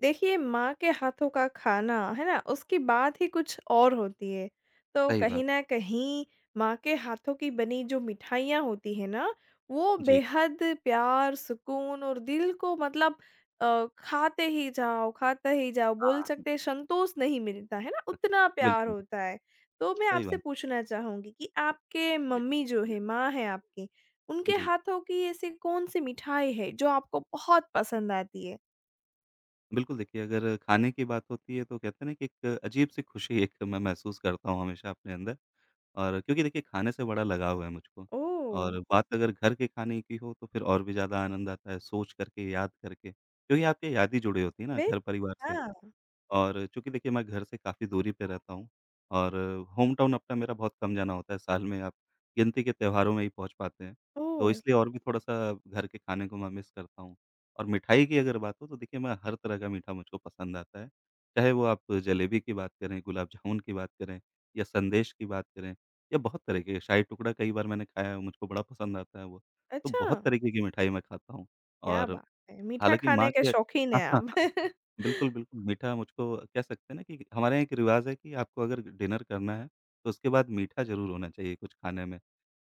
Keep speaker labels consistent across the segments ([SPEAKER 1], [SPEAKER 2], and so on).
[SPEAKER 1] देखिए, माँ के हाथों का खाना, है ना? उसकी बात ही कुछ और होती है। तो
[SPEAKER 2] सही
[SPEAKER 1] कहीं
[SPEAKER 2] बात।
[SPEAKER 1] न कहीं माँ के हाथों की बनी जो मिठाइयाँ होती हैं ना, वो
[SPEAKER 2] जी।
[SPEAKER 1] बेहद प्यार, सुकून और दिल को मतलब खाते ही जाओ, बोल
[SPEAKER 2] हाँ।
[SPEAKER 1] सकते हैं संतोष नहीं मिलता, है ना? उतना प्यार
[SPEAKER 2] बिल्कुल,
[SPEAKER 1] होता है। तो मैं
[SPEAKER 2] सही
[SPEAKER 1] आपसे
[SPEAKER 2] बात।
[SPEAKER 1] पूछना चाहूँगी कि आपके मम्मी जो है, माँ है आपकी, उनके
[SPEAKER 2] जी।
[SPEAKER 1] हाथों की ऐसी कौन-सी मिठाई है जो आपको बहुत पसंद आती है?
[SPEAKER 2] बिल्कुल देखिए, अगर खाने की बात होती है तो कहते हैं ना कि एक अजीब-सी खुशी एक मैं महसूस करता हूँ हमेशा अपने अंदर। और क्योंकि देखिए खाने से बड़ा लगाव है मुझको,
[SPEAKER 1] ओह!
[SPEAKER 2] और बात अगर घर के खाने की हो तो फिर और भी ज़्यादा आनंद आता है सोच कर के, याद करके, क्योंकि आपकी यादें जुड़ी होती है ना
[SPEAKER 1] बे
[SPEAKER 2] घर-परिवार से।
[SPEAKER 1] हाँ।
[SPEAKER 2] और चूँकि देखिए मैं घर से काफ़ी दूरी पे रहता हूँ, और होम टाउन अपना मेरा बहुत कम जाना होता है, साल में आप गिनती के त्योहारों में ही पहुँच पाते हैं। तो
[SPEAKER 1] ओह!
[SPEAKER 2] इसलिए और भी थोड़ा-सा घर के खाने को मैं मिस करता हूँ। और मिठाई की अगर बात हो तो देखिए, मैं हर तरह का मीठा मुझको पसंद आता है। चाहे वो आप जलेबी की बात करें, गुलाब जामुन की बात करें, या संदेश की बात करें, या बहुत तरह के शाही टुकड़ा कई बार मैंने खाया है, मुझको बड़ा पसंद आता है वो। तो
[SPEAKER 1] अच्छा,
[SPEAKER 2] बहुत तरीके की मिठाई मैं खाता हूँ।
[SPEAKER 1] क्या
[SPEAKER 2] और
[SPEAKER 1] बात है! मीठा
[SPEAKER 2] हालाँकि
[SPEAKER 1] खाने
[SPEAKER 2] माँ
[SPEAKER 1] के
[SPEAKER 2] के
[SPEAKER 1] शौकीन हैं आप।
[SPEAKER 2] बिल्कुल, बिल्कुल, मीठा मुझको कह सकते हैं ना कि हमारे यहाँ एक रिवाज़ है कि आपको अगर डिनर करना है, तो उसके बाद मीठा ज़रूर होना चाहिए कुछ खाने में।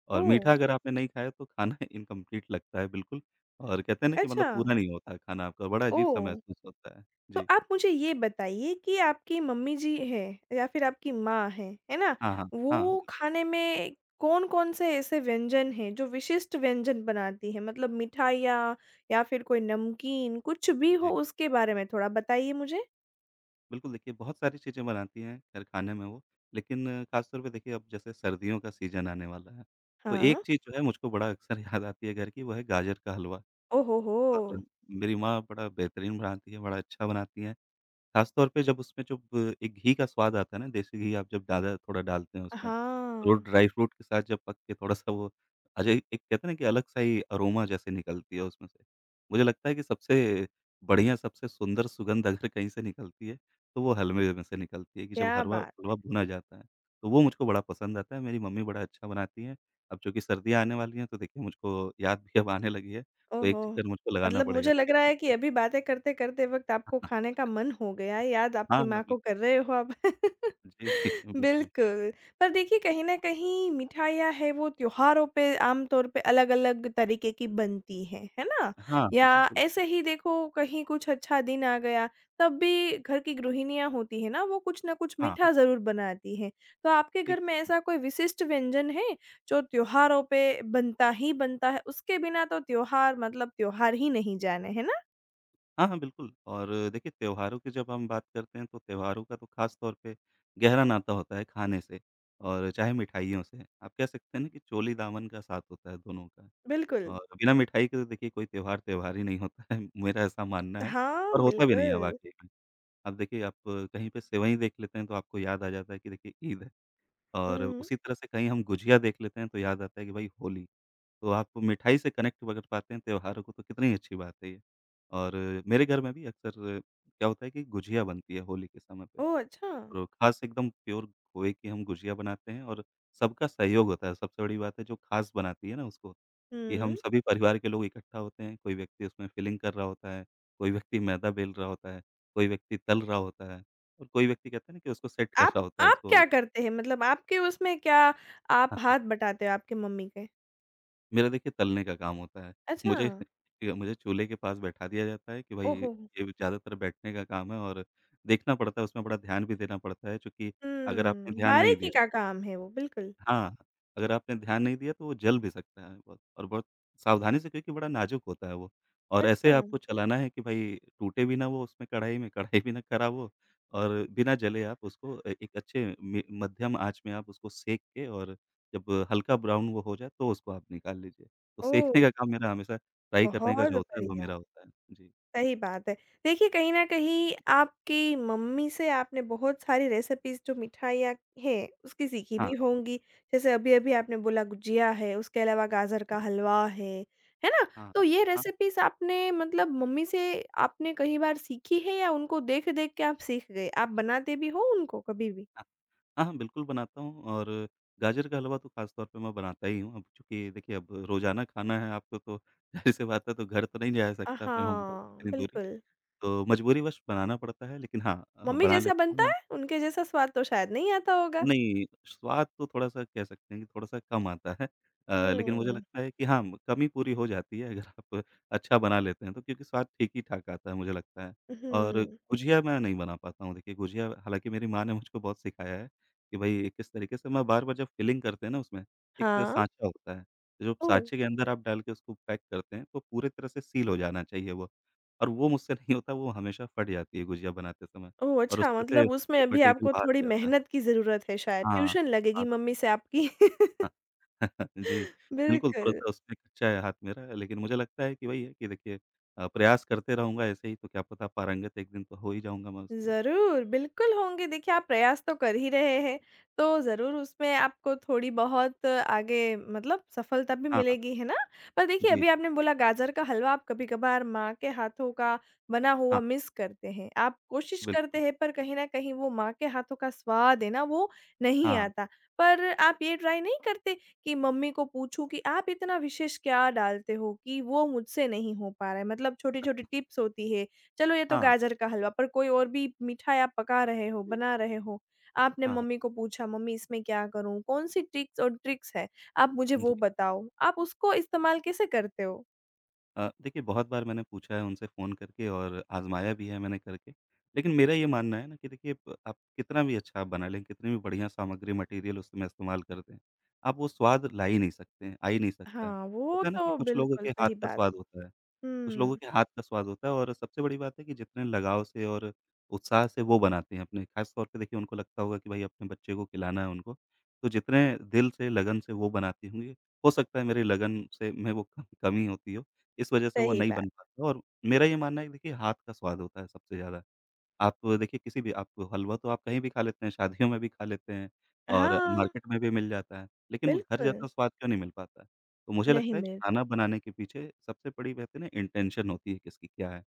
[SPEAKER 2] और
[SPEAKER 1] ओह!
[SPEAKER 2] मीठा अगर आपने नहीं खाया तो खाना इनकम्प्लीट लगता है बिल्कुल। और कहते हैं ना कि मतलब
[SPEAKER 1] अच्छा,
[SPEAKER 2] पूरा नहीं होता है खाना आपका, बड़ा अजीब-सा
[SPEAKER 1] ओह!
[SPEAKER 2] महसूस होता है।
[SPEAKER 1] तो
[SPEAKER 2] जी।
[SPEAKER 1] आप मुझे ये बताइए कि आपकी मम्मी जी हैं या फिर आपकी माँ हैं, है ना?
[SPEAKER 2] हाँ, हाँ। हाँ,
[SPEAKER 1] वो
[SPEAKER 2] बिल्कुल,
[SPEAKER 1] खाने में कौन-कौन से ऐसे व्यंजन हैं जो विशिष्ट व्यंजन बनाती हैं? मतलब मिठाइयाँ या फिर कोई नमकीन कुछ भी हो
[SPEAKER 2] जी।
[SPEAKER 1] उसके बारे में थोड़ा बताइए मुझे।
[SPEAKER 2] बिल्कुल, देखिए, बहुत सारी चीज़ें बनाती हैं खैर खाने में वो, लेकिन ख़ासतौर पे देखिए अब जैसे सर्दियों का सीज़न आने वाला है, तो
[SPEAKER 1] हाँ।
[SPEAKER 2] एक चीज़ जो है मुझको बड़ा अक्सर याद आती है घर की, वो है गाजर का हलवा।
[SPEAKER 1] ओह हो हो!
[SPEAKER 2] और मेरी माँ बड़ा बेहतरीन बनाती है, बड़ा अच्छा बनाती हैं। ख़ास तौर पे जब उसमें जब एक घी का स्वाद आता है ना, देसी घी आप जब ज़्यादा थोड़ा डालते हैं उसमें, और
[SPEAKER 1] हाँ,
[SPEAKER 2] ड्राई फ्रूट के साथ जब पक के थोड़ा-सा वो अजय एक कहते हैं ना कि अलग-सा ही अरोमा जैसे निकलती है उसमें से। मुझे लगता है कि सबसे बढ़िया, सबसे सुंदर सुगंध अगर कहीं से निकलती है, तो वो हलवे में से निकलती है कि जब
[SPEAKER 1] क्या
[SPEAKER 2] हरवा
[SPEAKER 1] बात!
[SPEAKER 2] हलवा भुना जाता है। तो वो मुझको बड़ा पसंद आता है, मेरी मम्मी बड़ा अच्छा बनाती हैं। अब चूँकि सर्दियाँ आने वाली हैं, तो देखिए मुझको याद भी अब आने लगी है, तो एक
[SPEAKER 1] ओहो!
[SPEAKER 2] चक्कर मुझको लगाना
[SPEAKER 1] मतलब
[SPEAKER 2] पड़ेगा
[SPEAKER 1] मुझे लग
[SPEAKER 2] लग
[SPEAKER 1] रहा
[SPEAKER 2] रहा
[SPEAKER 1] है कि
[SPEAKER 2] है।
[SPEAKER 1] अभी बातें करते-करते वक़्त आपको खाने का मन हो गया है, याद
[SPEAKER 2] हाँ,
[SPEAKER 1] आपकी
[SPEAKER 2] हाँ,
[SPEAKER 1] माँ
[SPEAKER 2] बिल्कुल।
[SPEAKER 1] को कर रहे हो आप।
[SPEAKER 2] जी, जी, बिल्कुल।
[SPEAKER 1] बिल्कुल, पर देखिए कहीं न कहीं मिठाइयाँ है वो त्योहारों पे आम तौर पे अलग-अलग तरीके की बनती हैं, है ना?
[SPEAKER 2] हाँ,
[SPEAKER 1] या
[SPEAKER 2] बिल्कुल।
[SPEAKER 1] ऐसे ही देखो कहीं कुछ अच्छा दिन आ गया, तब भी घर की गृहिणियाँ होती हैं ना, वो कुछ न कुछ
[SPEAKER 2] हाँ, हाँ,
[SPEAKER 1] मीठा ज़रूर बनाती हैं। तो आपके घर
[SPEAKER 2] ठीक
[SPEAKER 1] में
[SPEAKER 2] है।
[SPEAKER 1] ऐसा कोई विशिष्ट व्यंजन है? जो त्योहारों पे बनता ही बनता है, उसके बिना तो त्योहार मतलब त्योहार ही नहीं जाने, है ना?
[SPEAKER 2] हाँ, हाँ, बिल्कुल। और देखिए त्योहारों की जब हम बात करते हैं, तो त्योहारों का तो ख़ास तौर पे गहरा नाता होता है खाने से, और चाहे मिठाइयों से। आप कह सकते हैं ना कि चोली-दामन का साथ होता है दोनों का।
[SPEAKER 1] बिल्कुल।
[SPEAKER 2] और बिना मिठाई के तो देखिए कोई त्योहार, त्योहार ही नहीं होता है, मेरा ऐसा मानना है।
[SPEAKER 1] हाँ,
[SPEAKER 2] और होता भी नहीं है
[SPEAKER 1] बिल्कुल।
[SPEAKER 2] वाक़ई में। अब देखिए आप कहीं पे सेवई देख लेते हैं तो आपको याद आ जाता है कि देखिए ईद है। और
[SPEAKER 1] हुँ।
[SPEAKER 2] उसी तरह से कहीं हम गुझिया देख लेते हैं तो याद आता है कि भई होली। तो आप मिठाई से कनेक्ट कर पाते हैं त्योहारों को, तो कितनी अच्छी बात है ये। और मेरे घर में भी अक्सर क्या होता है कि गुझिया बनती है होली के समय पे।
[SPEAKER 1] ओह! अच्छा।
[SPEAKER 2] और ख़ास एकदम प्योर खोए की हम गुझिया बनाते हैं। और सबका सहयोग होता है, सबसे बड़ी बात है जो ख़ास बनाती है ना उसको, कि
[SPEAKER 1] हुँ।
[SPEAKER 2] हम सभी परिवार के लोग इकट्ठा होते हैं, कोई व्यक्ति उसमें फिलिंग कर रहा होता है, कोई व्यक्ति मैदा बेल रहा होता है, कोई व्यक्ति तल रहा होता है, और कोई व्यक्ति कहते हैं ना कि उसको सेट कर रहा होता है
[SPEAKER 1] आप
[SPEAKER 2] उसको
[SPEAKER 1] क्या
[SPEAKER 2] एक।
[SPEAKER 1] करते हैं? मतलब आपके उसमें क्या आप हाथ बटाते हो आपकी मम्मी के?
[SPEAKER 2] मेरा देखिए तलने का काम होता है।
[SPEAKER 1] अच्छा।
[SPEAKER 2] मुझे मुझे चूल्हे के पास बैठा दिया जाता है कि भाई
[SPEAKER 1] ओहो! हुँ।
[SPEAKER 2] ये ज़्यादातर बैठने का काम है। और देखना पड़ता है उसमें, बड़ा ध्यान भी देना पड़ता है, चूँकि अगर आपने
[SPEAKER 1] हुँ,
[SPEAKER 2] ध्यान नहीं
[SPEAKER 1] बारीकी
[SPEAKER 2] दिया
[SPEAKER 1] का काम है वो, बिल्कुल।
[SPEAKER 2] हाँ, अगर आपने ध्यान नहीं दिया तो वो जल भी सकता है बहुत, और बहुत सावधानी से क्योंकि बड़ा नाज़ुक होता है वो। और ऐसे
[SPEAKER 1] अच्छा।
[SPEAKER 2] आपको चलाना है कि भई टूटे भी ना वो उसमें कढ़ाई में, कढ़ाई भी ना ख़राब हो। और बिना जले आप उसको एक अच्छे मि मध्यम आँच में आप उसको सेंक के, और जब हल्का ब्राउन वो हो जाए तो उसको आप निकाल लीजिए। तो
[SPEAKER 1] ओह!
[SPEAKER 2] सेंकने का काम मेरा हमेशा, फ्राई
[SPEAKER 1] बहुत
[SPEAKER 2] करने का जो होता है वो
[SPEAKER 1] बढ़िया।
[SPEAKER 2] मेरा होता है। जी।
[SPEAKER 1] सही बात है। देखिए कहीं न कहीं आपकी मम्मी से आपने बहुत सारी रेसिपीज़ जो मिठाइयाँ हैं, उसकी सीखी
[SPEAKER 2] हाँ,
[SPEAKER 1] भी होंगी। जैसे अभी-अभी आपने बोला गुजिया है, उसके अलावा गाजर का हलवा है ना?
[SPEAKER 2] हाँ, हाँ।
[SPEAKER 1] तो ये
[SPEAKER 2] हाँ।
[SPEAKER 1] रेसिपीज़ आपने मतलब मम्मी से आपने कई बार सीखी है या उनको देख-देख के आप सीख गए? आप बनाते भी हो उनको कभी भी?
[SPEAKER 2] हाँ, हाँ, बिल्कुल बनाता हूँ। और गाजर का हलवा तो ख़ास तौर पे मैं बनाता ही हूँ। अब चूँकि देखिए अब रोज़ाना खाना है आपको तो ज़ाहिर-सी बात है, तो घर तो नहीं जा सकता अपने होम टाउन
[SPEAKER 1] हाँ,
[SPEAKER 2] इतनी दूरी,
[SPEAKER 1] बिल्कुल।
[SPEAKER 2] तो मजबूरीवश बनाना पड़ता है, लेकिन हाँ
[SPEAKER 1] मम्मी
[SPEAKER 2] बना
[SPEAKER 1] जैसा
[SPEAKER 2] लेता हूँ
[SPEAKER 1] बनता
[SPEAKER 2] मैं।
[SPEAKER 1] है? उनके जैसा स्वाद तो शायद नहीं आता होगा।
[SPEAKER 2] नहीं, स्वाद तो थोड़ा-सा कह सकते हैं कि थोड़ा-सा कम आता है। लेकिन मुझे
[SPEAKER 1] हुँ।
[SPEAKER 2] लगता है कि हाँ, कमी पूरी हो जाती है अगर आप अच्छा बना लेते हैं तो, क्योंकि स्वाद ठीक ही ठाक आता है मुझे लगता है। और
[SPEAKER 1] हुँ।
[SPEAKER 2] गुझिया मैं नहीं बना पाता हूँ। देखिए गुझिया हालाँकि मेरी माँ ने मुझको बहुत सिखाया है कि भई किस तरीके से, मैं बार-बार जब फिलिंग करते हैं ना उसमें, एक
[SPEAKER 1] हाँ।
[SPEAKER 2] साँचा होता है। जो
[SPEAKER 1] ओह!
[SPEAKER 2] साँचे के अंदर आप डाल के उसको पैक करते हैं तो पूरी तरह से सील हो जाना चाहिए वो। और वो मुझसे नहीं होता, वो हमेशा फट जाती है गुझिया बनाते समय,
[SPEAKER 1] ओह!
[SPEAKER 2] और
[SPEAKER 1] अच्छा
[SPEAKER 2] उसमें से
[SPEAKER 1] मतलब उसमें
[SPEAKER 2] जो
[SPEAKER 1] अभी
[SPEAKER 2] मटीरियल
[SPEAKER 1] आपको
[SPEAKER 2] बाहर
[SPEAKER 1] थोड़ी
[SPEAKER 2] आ जाता है।
[SPEAKER 1] मेहनत की ज़रूरत है शायद,
[SPEAKER 2] हाँ,
[SPEAKER 1] ट्यूशन लगेगी
[SPEAKER 2] हाँ,
[SPEAKER 1] मम्मी से आपकी।
[SPEAKER 2] हाँ। जी, बिल्कुल
[SPEAKER 1] बिल्कुल।
[SPEAKER 2] थोड़ा-सा उसमें कच्चा है हाथ मेरा, लेकिन मुझे लगता है कि वही है कि देखिए प्रयास करते रहूँगा ऐसे ही, तो क्या पता पारंगत एक दिन तो हो ही जाऊँगा मैं उसमें।
[SPEAKER 1] ज़रूर, बिल्कुल होंगे। देखिए, आप प्रयास तो कर ही रहे हैं, तो ज़रूर उसमें आपको थोड़ी बहुत आगे मतलब सफलता भी
[SPEAKER 2] हाँ, हाँ।
[SPEAKER 1] मिलेगी, है ना? पर देखिए,
[SPEAKER 2] जी,
[SPEAKER 1] अभी आपने बोला गाजर का हलवा आप कभी-कभार माँ के हाथों का बना हुआ
[SPEAKER 2] हाँ,
[SPEAKER 1] मिस करते हैं। आप कोशिश करते
[SPEAKER 2] बिल्कुल।
[SPEAKER 1] हैं, पर कहीं न कहीं वो माँ के हाथों का स्वाद है ना, वो नहीं
[SPEAKER 2] हाँ,
[SPEAKER 1] आता। पर आप ये ट्राई नहीं करते कि मम्मी को पूछूँ कि आप इतना विशेष क्या डालते हो कि वो मुझसे नहीं हो पा रहा है? मतलब छोटी-छोटी टिप्स होती है चलो ये तो
[SPEAKER 2] हाँ,
[SPEAKER 1] गाजर का हलवा, पर कोई और भी मिठाई आप पका रहे हो,
[SPEAKER 2] जी,
[SPEAKER 1] बना रहे हो, आपने
[SPEAKER 2] हाँ,
[SPEAKER 1] मम्मी को पूछा, "मम्मी इसमें क्या करूँ? कौन-सी ट्रिक्स और ट्रिक्स है? आप मुझे
[SPEAKER 2] हाँ।
[SPEAKER 1] वो बताओ।" आप उसको इस्तेमाल कैसे करते हो?
[SPEAKER 2] देखिए बहुत बार मैंने पूछा है उनसे फ़ोन करके, और आज़माया भी है मैंने करके। लेकिन मेरा ये मानना है ना कि देखिए, प आप कितना भी अच्छा आप बना लें, कितनी भी बढ़िया सामग्री मटीरियल उसमें इस्तेमाल कर दें, आप वो स्वाद ला ही नहीं सकते हैं, आ ही नहीं सकता है।
[SPEAKER 1] हाँ, वो
[SPEAKER 2] होता है ना कि
[SPEAKER 1] तो
[SPEAKER 2] कुछ लोगों
[SPEAKER 1] बिल्कुल
[SPEAKER 2] के हाथ
[SPEAKER 1] सही
[SPEAKER 2] का
[SPEAKER 1] बात।
[SPEAKER 2] स्वाद होता है, कुछ लोगों
[SPEAKER 1] हुँ,
[SPEAKER 2] के हाथ का स्वाद होता है, और सबसे बड़ी बात है कि जितने लगाव से, और उत्साह से वो बनाते हैं अपने, ख़ास तौर पे देखिए उनको लगता होगा कि भाई अपने बच्चे को खिलाना है उनको, तो जितने दिल से, लगन से वो बनाती होंगी, हो सकता है मेरी लगन से में वो कम कमी होती हो, इस वजह से वो
[SPEAKER 1] सही
[SPEAKER 2] नहीं
[SPEAKER 1] बात।
[SPEAKER 2] बन पाता। और मेरा ये मानना है कि देखिए हाथ का स्वाद होता है सबसे ज़्यादा। आप देखिए किसी भी आप, हलवा तो आप कहीं भी खा लेते हैं, शादियों में भी खा लेते हैं, और
[SPEAKER 1] हाँ,
[SPEAKER 2] मार्केट में भी मिल जाता है, लेकिन वो घर
[SPEAKER 1] बिल्कुल,
[SPEAKER 2] जैसा स्वाद क्यों नहीं मिल पाता है? तो मुझे
[SPEAKER 1] नहीं
[SPEAKER 2] लगता है
[SPEAKER 1] मिलता।
[SPEAKER 2] खाना बनाने के पीछे सबसे बड़ी कहते हैं ना इंटेंशन होती है, किसकी क्या है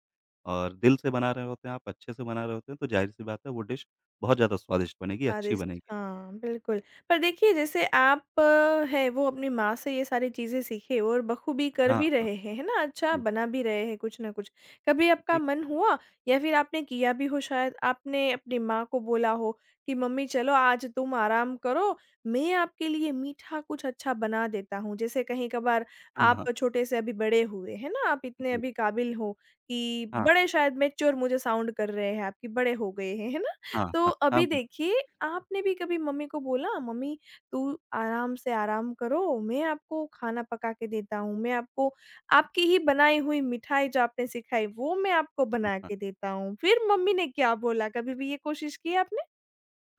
[SPEAKER 2] और दिल से बना रहे होते हैं, आप अच्छे से बना रहे होते हैं, तो ज़ाहिर-सी बात है वो डिश बहुत ज़्यादा स्वादिष्ट बनेगी, अच्छी
[SPEAKER 1] स्वादिष्ट
[SPEAKER 2] बनेगी।
[SPEAKER 1] हाँ, बिल्कुल। पर देखिए जैसे आप हैं वो अपनी माँ से ये सारी चीज़ें सीखे और बखूबी कर
[SPEAKER 2] हाँ,
[SPEAKER 1] भी
[SPEAKER 2] हाँ।
[SPEAKER 1] रहे हैं, है ना? अच्छा
[SPEAKER 2] जी,
[SPEAKER 1] बना भी रहे हैं कुछ न कुछ। कभी आपका
[SPEAKER 2] ठीक
[SPEAKER 1] मन
[SPEAKER 2] बात है।
[SPEAKER 1] हुआ या फिर आपने किया भी हो शायद आपने अपनी माँ को बोला हो कि मम्मी चलो आज तुम आराम करो, मैं आपके लिए मीठा कुछ अच्छा बना देता हूँ। जैसे कहीं-कभार
[SPEAKER 2] हाँ,
[SPEAKER 1] आप
[SPEAKER 2] हाँ।
[SPEAKER 1] छोटे से अभी बड़े हुए, है ना? आप इतने
[SPEAKER 2] जी।
[SPEAKER 1] अभी काबिल हो कि
[SPEAKER 2] हाँ, हाँ।
[SPEAKER 1] बड़े शायद मैच्योर मुझे साउंड कर रहे हैं, आपकी बड़े हो गए हैं, है ना?
[SPEAKER 2] हाँ,
[SPEAKER 1] तो
[SPEAKER 2] हाँ। हाँ,
[SPEAKER 1] अभी
[SPEAKER 2] बिल्कुल।
[SPEAKER 1] देखिए, आपने भी कभी मम्मी को बोला, "मम्मी, तू आराम से आराम करो, मैं आपको खाना पका के देता हूँ, मैं आपको आपकी ही बनाई हुई मिठाई जो आपने सिखाई, वो मैं आपको बना
[SPEAKER 2] हाँ।
[SPEAKER 1] के देता हूँ।" फिर मम्मी ने क्या बोला? कभी भी ये कोशिश की है आपने?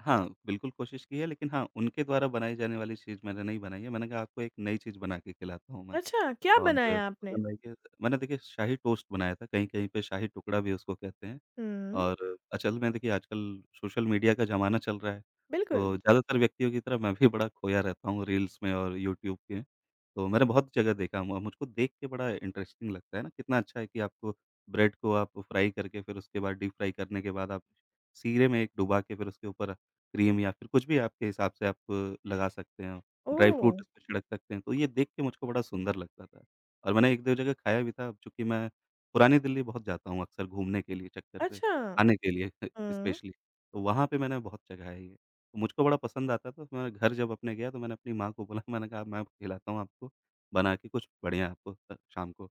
[SPEAKER 2] हाँ, बिल्कुल कोशिश की है, लेकिन हाँ, उनके द्वारा बनाई जाने वाली चीज़ मैंने नहीं बनाई है। मैंने कहा आपको एक नई चीज़ बना के खिलाता हूँ मैं,
[SPEAKER 1] अच्छा, क्या
[SPEAKER 2] और
[SPEAKER 1] बनाया आपने?
[SPEAKER 2] पसंद आई कि मैंने देखिए शाही टोस्ट बनाया था, कहीं-कहीं पे शाही टुकड़ा भी उसको कहते हैं।
[SPEAKER 1] हुँ,
[SPEAKER 2] और असल में देखिए आजकल सोशल मीडिया का ज़माना चल रहा है, तो
[SPEAKER 1] बिल्कुल।
[SPEAKER 2] जी। ज़्यादातर व्यक्तियों की तरह मैं भी बड़ा खोया रहता हूँ रील्स में और यूट्यूब के। तो मैंने बहुत जगह देखा, म मुझको देख के बड़ा इंटरेस्टिंग लगता है ना, कितना अच्छा है कि आपको ब्रेड को आप फ्राई करके फिर उसके बाद डीप फ्राई करने के बाद आप सीरे में एक डुबा के फिर उसके ऊपर क्रीम या फिर कुछ भी आपके हिसाब से आप लगा सकते हैं, ड्राई
[SPEAKER 1] ओह!
[SPEAKER 2] फ्रूट उस पे छिड़क सकते हैं, तो ये देख के मुझको बड़ा सुंदर लगता था। और मैंने 1-2 जगह खाया भी था, अब चूँकि मैं पुरानी दिल्ली बहुत जाता हूँ अक्सर घूमने के लिए चक्कर से,
[SPEAKER 1] अच्छा।
[SPEAKER 2] खाने के लिए
[SPEAKER 1] हुँ,
[SPEAKER 2] स्पेशली, तो वहाँ पे मैंने बहुत जगह है ये। तो मुझको बड़ा पसंद आता था, तो मैं घर जब अपने गया तो मैंने अपनी माँ को बोला, मैंने कहा मैं खिलाता हूँ आपको, बना के कुछ बढ़िया आपको शाम को।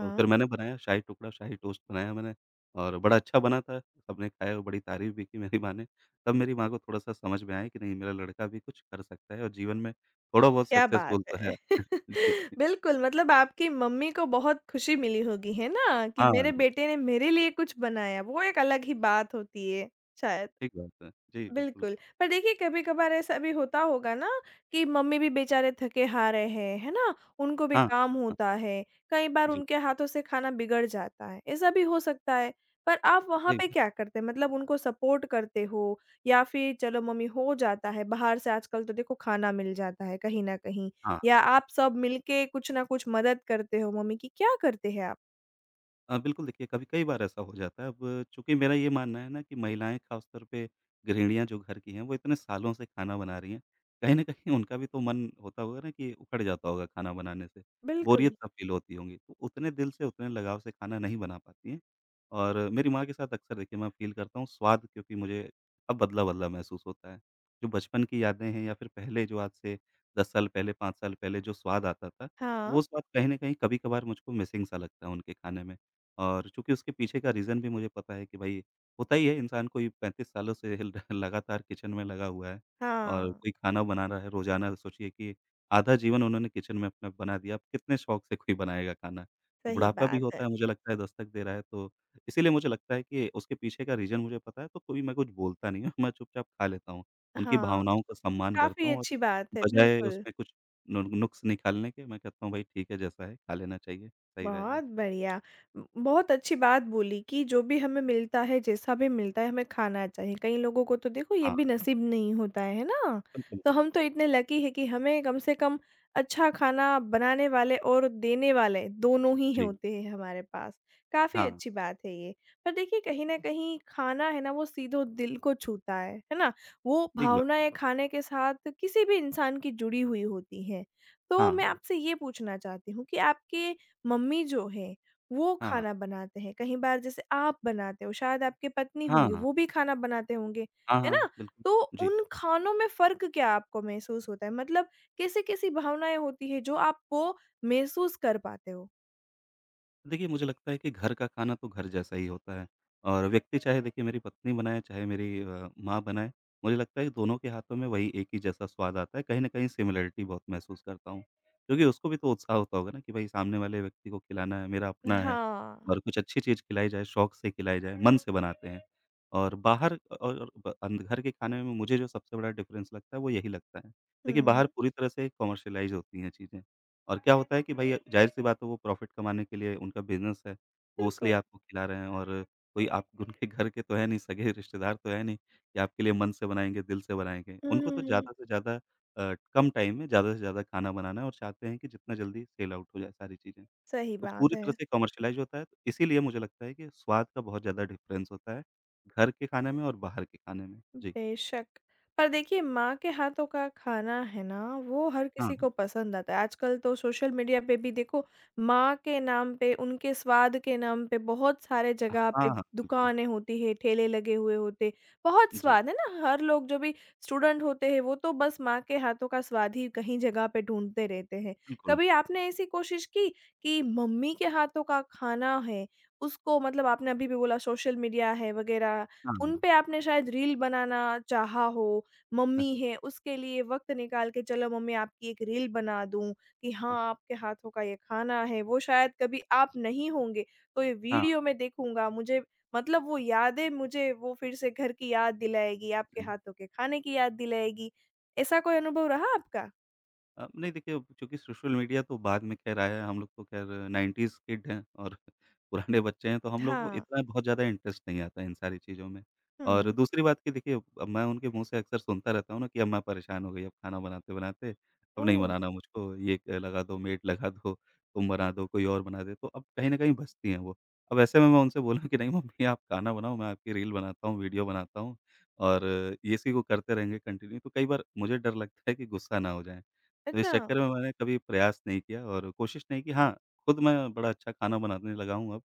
[SPEAKER 2] तो फिर मैंने बनाया शाही टुकड़ा, शाही टोस्ट बनाया मैंने, और बड़ा अच्छा बना था, सबने खाया और बड़ी तारीफ़ भी की मेरी माँ ने। तब मेरी माँ को थोड़ा-सा समझ में आया कि नहीं, मेरा लड़का भी कुछ कर सकता है, और जीवन में थोड़ा बहुत
[SPEAKER 1] क्या बात
[SPEAKER 2] सक्सेसफुल तो
[SPEAKER 1] है!
[SPEAKER 2] है। जी, जी।
[SPEAKER 1] बिल्कुल, मतलब आपकी मम्मी को बहुत खुशी मिली होगी, है ना? कि
[SPEAKER 2] हाँ,
[SPEAKER 1] मेरे
[SPEAKER 2] बिल्कुल,
[SPEAKER 1] बेटे ने मेरे लिए कुछ बनाया, वो एक अलग ही बात होती है, शायद।
[SPEAKER 2] ठीक बात है। जी, बिल्कुल।
[SPEAKER 1] बिल्कुल, पर देखिए कभी-कभार ऐसा भी होता होगा ना कि मम्मी भी बेचारे थके-हारे हैं, है ना? उनको भी
[SPEAKER 2] हाँ, हाँ,
[SPEAKER 1] काम
[SPEAKER 2] हाँ,
[SPEAKER 1] होता है, कई बार
[SPEAKER 2] जी,
[SPEAKER 1] उनके हाथों से खाना बिगड़ जाता है, ऐसा भी हो सकता है। पर आप वहाँ
[SPEAKER 2] सही
[SPEAKER 1] पे
[SPEAKER 2] बात।
[SPEAKER 1] क्या करते हैं? मतलब उनको सपोर्ट करते हो या फिर चलो मम्मी हो जाता है, बाहर से आजकल तो देखो खाना मिल जाता है कहीं न कहीं
[SPEAKER 2] हाँ।
[SPEAKER 1] या आप सब मिलके कुछ ना कुछ मदद करते हो मम्मी की, क्या करते हैं आप?
[SPEAKER 2] बिल्कुल देखिए कभी कई बार ऐसा हो जाता है। अब चूँकि मेरा ये मानना है ना कि महिलाएँ ख़ास तौर पे गृहिणियाँ जो घर की हैं वो इतने सालों से खाना बना रही हैं। कहीं न कहीं उनका भी तो मन होता होगा ना कि उखड़ जाता होगा खाना बनाने से।
[SPEAKER 1] बिल्कुल।
[SPEAKER 2] बोरियत सा फ़ील होती होंगी। तो उतने दिल से उतने लगाव से खाना नहीं बना पाती हैं। और मेरी माँ के साथ अक्सर देखिए मैं फ़ील करता हूँ स्वाद क्योंकि मुझे अब बदला-बदला महसूस होता है। जो बचपन की यादें हैं या फिर पहले जो आज से 10 साल पहले, 5 साल पहले जो स्वाद आता था,
[SPEAKER 1] हाँ,
[SPEAKER 2] वो स्वाद कहीं न कहीं कभी-कभार मुझको मिसिंग सा लगता है उनके खाने में। और चूँकि उसके पीछे का रीज़न भी मुझे पता है कि भई होता ही है इंसान कोई 35 सालों से ल लगातार किचन में लगा हुआ है और
[SPEAKER 1] हाँ,
[SPEAKER 2] कोई खाना बना रहा है रोज़ाना सोचिए कि आधा जीवन उन्होंने किचन में अपना बना दिया, अब कितने शौक से कोई बनाएगा खाना।
[SPEAKER 1] सही
[SPEAKER 2] बुढ़ापा भी
[SPEAKER 1] बात है।
[SPEAKER 2] होता है मुझे लगता है दस्तक दे रहा है तो इसीलिए मुझे लगता है कि उसके पीछे का रीज़न मुझे पता है तो कोई मैं कुछ बोलता नहीं हूँ, मैं चुपचाप खा लेता हूँ। उनकी
[SPEAKER 1] हाँ,
[SPEAKER 2] भावनाओं का सम्मान करता
[SPEAKER 1] काफ़ी
[SPEAKER 2] हूँ और
[SPEAKER 1] अच्छी बात है,
[SPEAKER 2] बजाए
[SPEAKER 1] बिल्कुल।
[SPEAKER 2] उसमें कुछ नु नुक्स निकालने के मैं कहता हूँ भाई ठीक है जैसा है खा लेना चाहिए, सही रहेगा।
[SPEAKER 1] बहुत बढ़िया। बहुत अच्छी बात बोली कि जो भी हमें मिलता है, जैसा भी मिलता है, हमें खाना चाहिए। कई लोगों को तो देखो ये
[SPEAKER 2] हाँ,
[SPEAKER 1] भी नसीब नहीं होता है ना?
[SPEAKER 2] बिल्कुल।
[SPEAKER 1] तो हम तो इतने लकी हैं कि हमें कम से कम अच्छा खाना बनाने वाले और देने वाले दोनों ही
[SPEAKER 2] जी,
[SPEAKER 1] होते हैं हमारे पास। काफ़ी
[SPEAKER 2] हाँ,
[SPEAKER 1] अच्छी बात है ये। पर देखिए कहीं न कहीं खाना है ना वो सीधे दिल को छूता है ना? वो
[SPEAKER 2] ठीक बात।
[SPEAKER 1] भावनाएँ खाने के साथ किसी भी इंसान की जुड़ी हुई होती हैं। तो
[SPEAKER 2] हाँ,
[SPEAKER 1] मैं
[SPEAKER 2] हाँ,
[SPEAKER 1] आपसे ये पूछना चाहती हूँ कि आपके मम्मी जो है, वो
[SPEAKER 2] हाँ,
[SPEAKER 1] खाना बनाते हैं, कहीं बार जैसे आप बनाते हो, शायद आपकी पत्नी
[SPEAKER 2] हाँ, हाँ,
[SPEAKER 1] होंगी,
[SPEAKER 2] हाँ,
[SPEAKER 1] वो भी खाना बनाते होंगे,
[SPEAKER 2] हाँ,
[SPEAKER 1] है
[SPEAKER 2] हाँ,
[SPEAKER 1] ना?
[SPEAKER 2] बिल्कुल।
[SPEAKER 1] तो
[SPEAKER 2] जी।
[SPEAKER 1] उन खानों में फ़र्क क्या आपको महसूस होता है? मतलब कैसी-कैसी भावनाएँ होती हैं जो आप वो महसूस कर पाते हो?
[SPEAKER 2] देखिए, मुझे लगता है कि घर का खाना तो घर जैसा ही होता है और व्यक्ति चाहे देखिए मेरी पत्नी बनाए, चाहे मेरी माँ बनाए, मुझे लगता है कि दोनों के हाथों में वही एक ही जैसा स्वाद आता है। कहीं न कहीं सिमिलैरिटी बहुत महसूस करता हूँ, क्योंकि उसको भी तो उत्साह होता होगा ना कि भाई सामने वाले व्यक्ति को खिलाना है, मेरा अपना है
[SPEAKER 1] हाँ।
[SPEAKER 2] और कुछ अच्छी चीज़ खिलाई जाए, शौक से खिलाई जाए, मन से बनाते हैं। और बाहर और ब अंद घर के खाने में मुझे जो सबसे बड़ा डिफ़रेंस लगता है, वो यही लगता है। देखिए, बाहर
[SPEAKER 1] हुँ।
[SPEAKER 2] पूरी तरह से कमर्शियलाइज़ होती हैं चीज़ें। और क्या होता है कि भई ज़ाहिर-सी बात है वो प्रॉफ़िट कमाने के लिए उनका बिज़नेस है, वो
[SPEAKER 1] बिल्कुल।
[SPEAKER 2] इसलिए आपको खिला रहे हैं और कोई आप उनके घर के तो है नहीं, सगे रिश्तेदार तो है नहीं कि आपके लिए मन से बनाएँगे, दिल से बनाएँगे।
[SPEAKER 1] हुँ,
[SPEAKER 2] उनको
[SPEAKER 1] हुँ,
[SPEAKER 2] तो
[SPEAKER 1] हुँ।
[SPEAKER 2] ज़्यादा से ज़्यादा कम टाइम में ज़्यादा से ज़्यादा खाना बनाना है और चाहते हैं कि जितना जल्दी सेल आउट हो जाए सारी चीज़ें।
[SPEAKER 1] सही
[SPEAKER 2] तो
[SPEAKER 1] बात
[SPEAKER 2] पूरी
[SPEAKER 1] है।
[SPEAKER 2] तरह से कमर्शियलाइज़ होता है, तो इसीलिए मुझे लगता है कि स्वाद का बहुत ज़्यादा डिफ़रेंस होता है, घर के खाने में और बाहर के खाने में। जी।
[SPEAKER 1] बेशक, पर देखिए माँ के हाथों का खाना है ना, वो हर
[SPEAKER 2] हाँ,
[SPEAKER 1] किसी को
[SPEAKER 2] हाँ।
[SPEAKER 1] पसंद आता है। आजकल तो सोशल मीडिया पे भी देखो माँ के नाम पे, उनके स्वाद के नाम पे बहुत सारे जगह
[SPEAKER 2] हाँ,
[SPEAKER 1] पे
[SPEAKER 2] हाँ, बिल्कुल।
[SPEAKER 1] दुकानें होती हैं, ठेले लगे हुए होते। बहुत
[SPEAKER 2] जी,
[SPEAKER 1] स्वाद है ना, हर लोग जो भी स्टूडेंट होते हैं वो तो बस माँ के हाथों का स्वाद ही कहीं जगह पे ढूँढते रहते हैं।
[SPEAKER 2] बिल्कुल।
[SPEAKER 1] कभी आपने ऐसी कोशिश की कि मम्मी के हाथों का खाना है, उसको मतलब आपने अभी भी बोला सोशल मीडिया है वग़ैरह
[SPEAKER 2] हाँ,
[SPEAKER 1] उन
[SPEAKER 2] हाँ।
[SPEAKER 1] पे आपने शायद रील बनाना चाहा हो, मम्मी है उसके लिए वक़्त निकाल के चलो मम्मी आपकी एक रील बना दूँ, कि
[SPEAKER 2] हाँ,
[SPEAKER 1] हाँ, आपके हाथों का ये खाना है, वो शायद कभी आप नहीं होंगे, तो ये वीडियो
[SPEAKER 2] हाँ।
[SPEAKER 1] मैं देखूँगा मुझे मतलब वो यादें मुझे वो फिर से घर की याद दिलाएगी, आपके
[SPEAKER 2] हाँ,
[SPEAKER 1] हाथों के खाने की याद दिलाएगी। ऐसा कोई अनुभव रहा आपका?
[SPEAKER 2] नहीं देखिए, अब चूँकि सोशल मीडिया तो बाद में खैर आया है, हम लोग तो खैर 90s किड हैं और पुराने बच्चे हैं, तो हम लोग को
[SPEAKER 1] हाँ।
[SPEAKER 2] इतना बहुत ज़्यादा इंटरेस्ट नहीं आता इन सारी चीज़ों में। और
[SPEAKER 1] हुँ।
[SPEAKER 2] दूसरी बात कि देखिए, अब मैं उनके मुँह से अक्सर सुनता रहता हूँ ना कि अम्मा परेशान हो गई, अब खाना बनाते-बनाते, अब नहीं
[SPEAKER 1] ओह!
[SPEAKER 2] बनाना मुझको, ये क लगा दो, मेड लगा दो, तुम बना दो, कोई और बना दे, तो अब कहीं न कहीं बचती हैं वो। अब ऐसे में मैं उनसे बोला कि नहीं मम्मी आप खाना बनाओ, मैं आपकी रील बनाता हूँ, वीडियो बनाता हूँ और ये इसी को करते रहेंगे कंटिन्यू, तो कई बार मुझे डर लगता है कि गुस्सा ना हो जाएँ। तो इस
[SPEAKER 1] अच्छा।
[SPEAKER 2] चक्कर में मैंने कभी प्रयास नहीं किया और कोशिश नहीं की। हाँ, खुद मैं बड़ा अच्छा खाना बनाने लगा हूँ अब,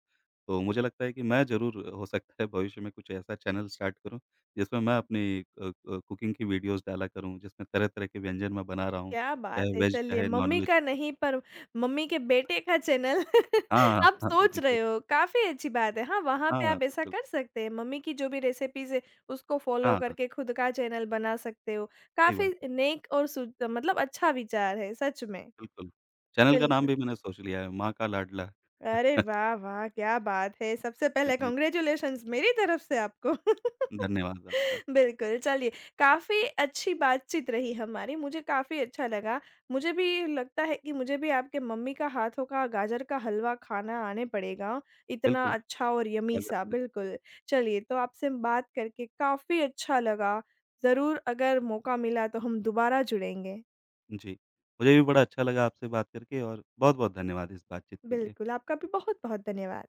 [SPEAKER 2] तो मुझे लगता है कि मैं ज़रूर हो सकता है भविष्य में कुछ ऐसा चैनल स्टार्ट करूँ, जिसमें मैं अपनी कुकिंग की वीडियोज़ डाला करूँ, जिसमें तरह-तरह के व्यंजन मैं बना रहा हूँ,
[SPEAKER 1] क्या
[SPEAKER 2] चाहे
[SPEAKER 1] बात है!
[SPEAKER 2] वेज,
[SPEAKER 1] चलिए
[SPEAKER 2] चाहे
[SPEAKER 1] मम्मी
[SPEAKER 2] नॉन-वेज।
[SPEAKER 1] का नहीं पर मम्मी के बेटे का चैनल
[SPEAKER 2] हाँ, हाँ,
[SPEAKER 1] आप
[SPEAKER 2] हाँ,
[SPEAKER 1] सोच
[SPEAKER 2] बिल्कुल।
[SPEAKER 1] रहे हो, काफ़ी अच्छी बात है। हाँ, वहाँ
[SPEAKER 2] हाँ,
[SPEAKER 1] पे आप ऐसा
[SPEAKER 2] बिल्कुल।
[SPEAKER 1] कर सकते हैं, मम्मी की जो भी रेसिपीज़ है उसको फ़ॉलो
[SPEAKER 2] हाँ, हाँ,
[SPEAKER 1] करके खुद का चैनल बना सकते हो।
[SPEAKER 2] सही
[SPEAKER 1] काफ़ी
[SPEAKER 2] बात है,
[SPEAKER 1] नेक और सु मतलब अच्छा विचार है, सच में।
[SPEAKER 2] बिल्कुल। चैनल का
[SPEAKER 1] बिल्कुल।
[SPEAKER 2] नाम भी मैंने सोच लिया है, माँ का लाडला।
[SPEAKER 1] अरे वाह, वाह! क्या बात है। सबसे पहले
[SPEAKER 2] जी,
[SPEAKER 1] कांग्रेचुलेशंस मेरी तरफ से आपको।
[SPEAKER 2] धन्यवाद आपका।
[SPEAKER 1] बिल्कुल, चलिए काफ़ी अच्छी बातचीत रही हमारी, मुझे काफ़ी अच्छा लगा। मुझे भी लगता है कि मुझे भी आपके मम्मी का हाथों का गाजर का हलवा खाना आने पड़ेगा, इतना
[SPEAKER 2] बिल्कुल,
[SPEAKER 1] अच्छा और यम्मी
[SPEAKER 2] स्वागत
[SPEAKER 1] सा,
[SPEAKER 2] है।
[SPEAKER 1] बिल्कुल। चलिए, तो आपसे बात करके काफ़ी अच्छा लगा। ज़रूर अगर मौका मिला तो हम दोबारा जुड़ेंगे।
[SPEAKER 2] जी। मुझे भी बड़ा अच्छा लगा आपसे बात करके और बहुत-बहुत धन्यवाद इस बातचीत के लिए।
[SPEAKER 1] बिल्कुल, आपका भी बहुत-बहुत धन्यवाद।